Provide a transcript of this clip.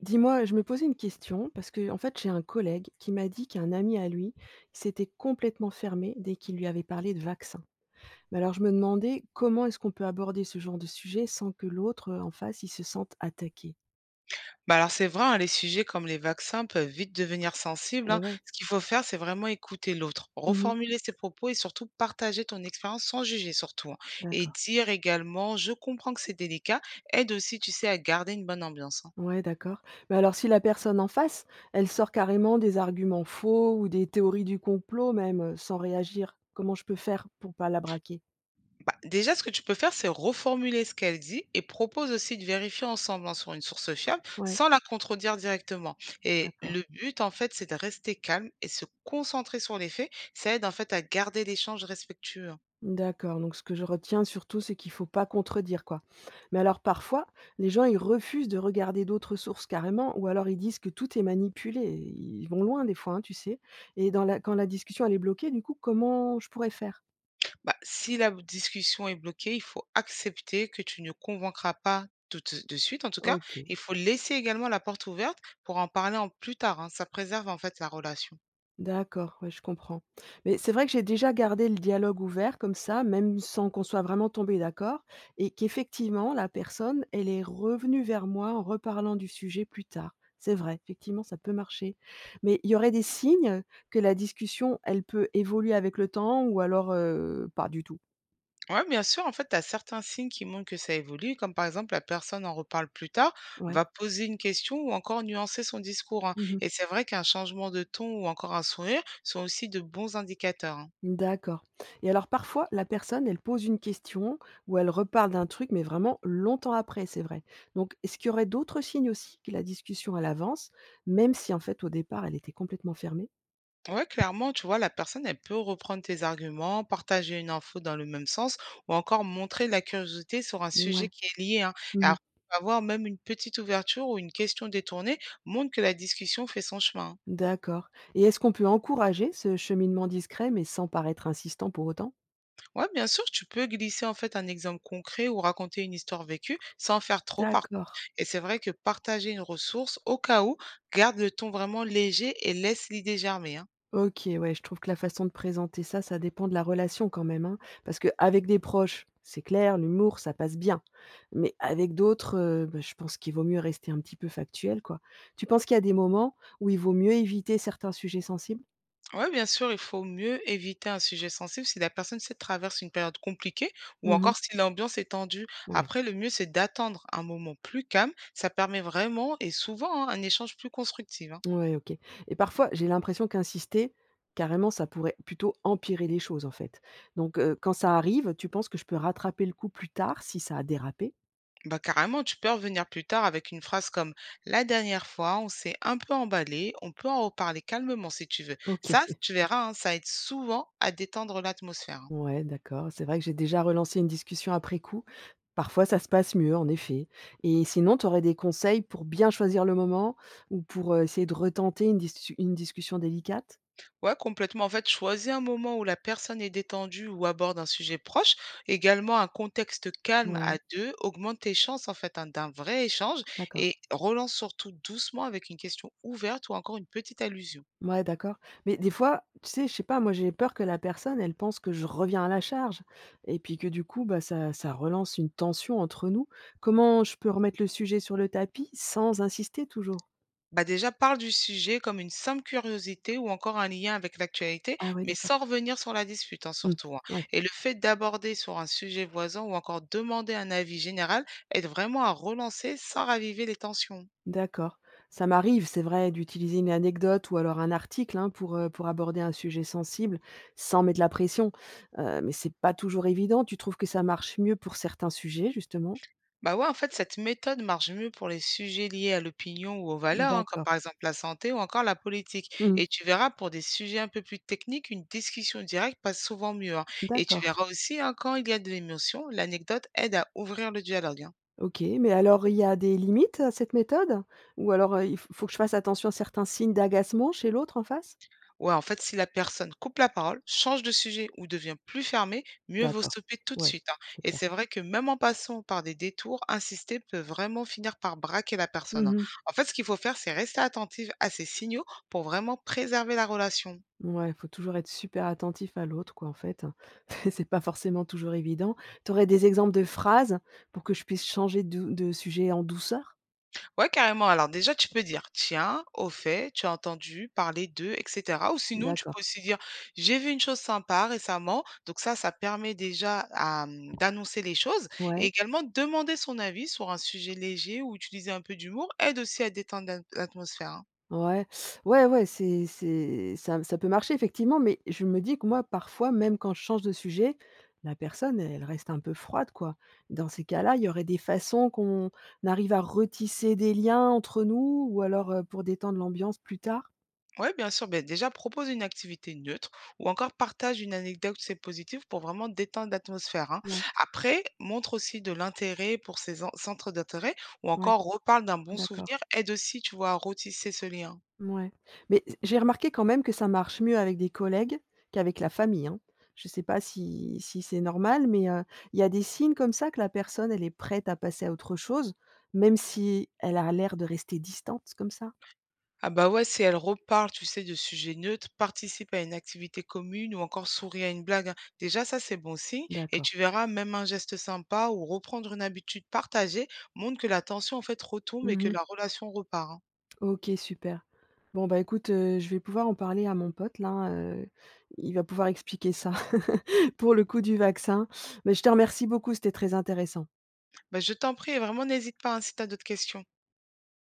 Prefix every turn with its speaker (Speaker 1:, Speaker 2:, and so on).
Speaker 1: Dis-moi, je me posais une question parce que, en fait, j'ai un collègue qui m'a dit qu'un ami à lui s'était complètement fermé dès qu'il lui avait parlé de vaccin. Mais alors, je me demandais comment est-ce qu'on peut aborder ce genre de sujet sans que l'autre en face il se sente attaqué.
Speaker 2: Bah, alors c'est vrai, hein, les sujets comme les vaccins peuvent vite devenir sensibles,
Speaker 1: Et
Speaker 2: hein.
Speaker 1: ouais,
Speaker 2: Ce qu'il faut faire, c'est vraiment écouter l'autre,
Speaker 1: mhm,
Speaker 2: reformuler ses propos et surtout partager ton expérience sans juger surtout, hein. Et
Speaker 1: d'accord.
Speaker 2: dire également, je comprends que c'est délicat, aide aussi, tu sais, à garder une bonne ambiance, hein.
Speaker 1: Ouais, d'accord. Mais alors, si la personne en face, elle sort carrément des arguments faux ou des théories du complot même sans réagir, comment je peux faire pour pas la braquer.
Speaker 2: Bah, déjà, ce que tu peux faire, c'est reformuler ce qu'elle dit et propose aussi de vérifier ensemble, hein, sur une source fiable
Speaker 1: Ouais,
Speaker 2: sans la contredire directement. Et
Speaker 1: d'accord.
Speaker 2: le but, en fait, c'est de rester calme et se concentrer sur les faits. Ça aide en fait à garder l'échange respectueux, hein.
Speaker 1: D'accord, donc ce que je retiens surtout, c'est qu'il faut pas contredire, quoi. Mais alors parfois, les gens, ils refusent de regarder d'autres sources carrément, ou alors ils disent que tout est manipulé. Ils vont loin des fois, hein, tu sais. Et dans la quand la discussion elle est bloquée, du coup, comment je pourrais faire?
Speaker 2: Bah, si la discussion est bloquée, il faut accepter que tu ne convaincras pas tout de suite, en tout cas.
Speaker 1: Ok.
Speaker 2: Il faut laisser également la porte ouverte pour en parler en plus tard, hein. Ça préserve, en fait, la relation.
Speaker 1: D'accord, ouais, je comprends. Mais c'est vrai que j'ai déjà gardé le dialogue ouvert comme ça, même sans qu'on soit vraiment tombé d'accord, et qu'effectivement, la personne, elle est revenue vers moi en reparlant du sujet plus tard. C'est vrai, effectivement, ça peut marcher. Mais il y aurait des signes que la discussion, elle peut évoluer avec le temps ou alors pas du tout.
Speaker 2: Ouais, bien sûr, en fait, tu as certains signes qui montrent que ça évolue, comme par exemple la personne en reparle plus tard,
Speaker 1: Ouais.
Speaker 2: va poser une question ou encore nuancer son discours, hein. Et c'est vrai qu'un changement de ton ou encore un sourire sont aussi de bons indicateurs, hein.
Speaker 1: D'accord. Et alors parfois, la personne, elle pose une question ou elle reparle d'un truc, mais vraiment longtemps après, c'est vrai. Donc, est-ce qu'il y aurait d'autres signes aussi que la discussion, elle avance, même si en fait, au départ, elle était complètement fermée?
Speaker 2: Ouais, clairement, tu vois, la personne, elle peut reprendre tes arguments, partager une info dans le même sens ou encore montrer de la curiosité sur un
Speaker 1: Ouais.
Speaker 2: sujet qui est lié, hein. Et
Speaker 1: Mmh.
Speaker 2: après, avoir même une petite ouverture ou une question détournée montre que la discussion fait son chemin, hein.
Speaker 1: D'accord. Et est-ce qu'on peut encourager ce cheminement discret, mais sans paraître insistant pour autant?
Speaker 2: Ouais, bien sûr, tu peux glisser en fait un exemple concret ou raconter une histoire vécue sans faire trop par contre.
Speaker 1: D'accord.
Speaker 2: Et c'est vrai que partager une ressource au cas où garde le ton vraiment léger et laisse l'idée germer, hein.
Speaker 1: OK, ouais, je trouve que la façon de présenter ça, ça dépend de la relation quand même, hein. Parce que avec des proches, c'est clair, l'humour, ça passe bien. Mais avec d'autres, bah, je pense qu'il vaut mieux rester un petit peu factuel, quoi. Tu penses qu'il y a des moments où il vaut mieux éviter certains sujets sensibles?
Speaker 2: Ouais, bien sûr, il faut mieux éviter un sujet sensible si la personne se traverse une période compliquée ou
Speaker 1: Mmh.
Speaker 2: encore si l'ambiance est tendue.
Speaker 1: Ouais,
Speaker 2: Après, le mieux, c'est d'attendre un moment plus calme. Ça permet vraiment et souvent, hein, un échange plus constructif, hein.
Speaker 1: ouais, OK. Et parfois, j'ai l'impression qu'insister, carrément, ça pourrait plutôt empirer les choses, en fait. Donc, quand ça arrive, tu penses que je peux rattraper le coup plus tard si ça a dérapé?
Speaker 2: Bah, carrément, tu peux revenir plus tard avec une phrase comme: «La dernière fois, on s'est un peu emballé, on peut en reparler calmement si tu veux.»
Speaker 1: OK.
Speaker 2: Ça, tu verras, hein, ça aide souvent à détendre l'atmosphère, hein.
Speaker 1: Ouais, d'accord. C'est vrai que j'ai déjà relancé une discussion après coup. Parfois, ça se passe mieux, en effet. Et sinon, tu aurais des conseils pour bien choisir le moment ou pour essayer de retenter une discussion délicate?
Speaker 2: Ouais, complètement. En fait, choisis un moment où la personne est détendue ou aborde un sujet proche. Également, un contexte calme
Speaker 1: Ouais,
Speaker 2: à deux augmente tes chances en fait, hein, d'un vrai échange
Speaker 1: d'accord.
Speaker 2: et relance surtout doucement avec une question ouverte ou encore une petite allusion.
Speaker 1: Ouais, d'accord. Mais des fois, tu sais, je sais pas, moi j'ai peur que la personne, elle pense que je reviens à la charge et puis que du coup, bah, ça relance une tension entre nous. Comment je peux remettre le sujet sur le tapis sans insister toujours?
Speaker 2: Bah déjà, parle du sujet comme une simple curiosité ou encore un lien avec l'actualité,
Speaker 1: Ah ouais,
Speaker 2: mais sans
Speaker 1: d'accord.
Speaker 2: revenir sur la dispute, hein,
Speaker 1: Hmm,
Speaker 2: surtout, hein.
Speaker 1: ouais.
Speaker 2: Et le fait d'aborder sur un sujet voisin ou encore demander un avis général aide vraiment à relancer sans raviver les tensions.
Speaker 1: D'accord. Ça m'arrive, c'est vrai, d'utiliser une anecdote ou alors un article hein, pour aborder un sujet sensible sans mettre la pression. Mais c'est pas toujours évident. Tu trouves que ça marche mieux pour certains sujets, justement?
Speaker 2: Bah ouais, en fait, cette méthode marche mieux pour les sujets liés à l'opinion ou aux valeurs, hein, comme
Speaker 1: D'accord.
Speaker 2: par exemple la santé ou encore la politique.
Speaker 1: Mhm.
Speaker 2: Et tu verras, pour des sujets un peu plus techniques, une discussion directe passe souvent mieux, hein. Et tu
Speaker 1: D'accord.
Speaker 2: verras aussi, hein, quand il y a de l'émotion, l'anecdote aide à ouvrir le dialogue, hein.
Speaker 1: Ok. Mais alors, il y a des limites à cette méthode? Ou alors, faut que je fasse attention à certains signes d'agacement chez l'autre en face?
Speaker 2: Ouais, en fait, si la personne coupe la parole, change de sujet ou devient plus fermée, mieux vaut
Speaker 1: D'accord.
Speaker 2: stopper tout de
Speaker 1: Ouais,
Speaker 2: suite, hein.
Speaker 1: c'est
Speaker 2: Et
Speaker 1: clair.
Speaker 2: c'est vrai que même en passant par des détours, insister peut vraiment finir par braquer la personne, hein. En fait, ce qu'il faut faire, c'est rester attentive à ces signaux pour vraiment préserver la relation.
Speaker 1: Ouais, faut toujours être super attentif à l'autre quoi, en fait. C'est pas forcément toujours évident. Tu aurais des exemples de phrases pour que je puisse changer de sujet en douceur?
Speaker 2: Ouais, carrément. Alors déjà, tu peux dire: «Tiens, au fait, tu as entendu parler de?» et cetera, ou sinon tu peux
Speaker 1: D'accord.
Speaker 2: aussi dire: «J'ai vu une chose sympa récemment». Donc ça permet déjà à d'annoncer les choses et
Speaker 1: Ouais,
Speaker 2: également demander son avis sur un sujet léger ou utiliser un peu d'humour aide aussi à détendre l'atmosphère, hein.
Speaker 1: ouais, ouais, ouais, c'est ça peut marcher effectivement, mais je me dis que moi, parfois, même quand je change de sujet, la personne, elle reste un peu froide, quoi. Dans ces cas-là, il y aurait des façons qu'on arrive à retisser des liens entre nous ou alors, pour détendre l'ambiance plus tard?
Speaker 2: Oui, bien sûr. Ben déjà, propose une activité neutre ou encore partage une anecdote c'est positive pour vraiment détendre l'atmosphère, hein.
Speaker 1: Ouais,
Speaker 2: Après, montre aussi de l'intérêt pour centres d'intérêt ou
Speaker 1: ouais,
Speaker 2: encore reparle d'un bon souvenir.
Speaker 1: d'accord.
Speaker 2: Aide aussi, tu vois, à retisser ce lien.
Speaker 1: Ouais, mais j'ai remarqué quand même que ça marche mieux avec des collègues qu'avec la famille, hein. Je ne sais pas si c'est normal, mais il y a des signes comme ça que la personne, elle est prête à passer à autre chose, même si elle a l'air de rester distante comme ça?
Speaker 2: Ah bah ouais, si elle reparle, tu sais, de sujets neutres, participe à une activité commune ou encore sourit à une blague, hein. Déjà, ça, c'est bon signe. Et
Speaker 1: D'accord.
Speaker 2: tu verras, même un geste sympa ou reprendre une habitude partagée montre que la tension, en fait, retombe et que
Speaker 1: Mmh.
Speaker 2: la relation repart, hein.
Speaker 1: OK, super. Bon, bah, écoute, je vais pouvoir en parler à mon pote là, il va pouvoir expliquer ça pour le coup du vaccin. Mais je te remercie beaucoup, c'était très intéressant.
Speaker 2: Bah, je t'en prie, vraiment n'hésite pas, hein, si tu as d'autres questions.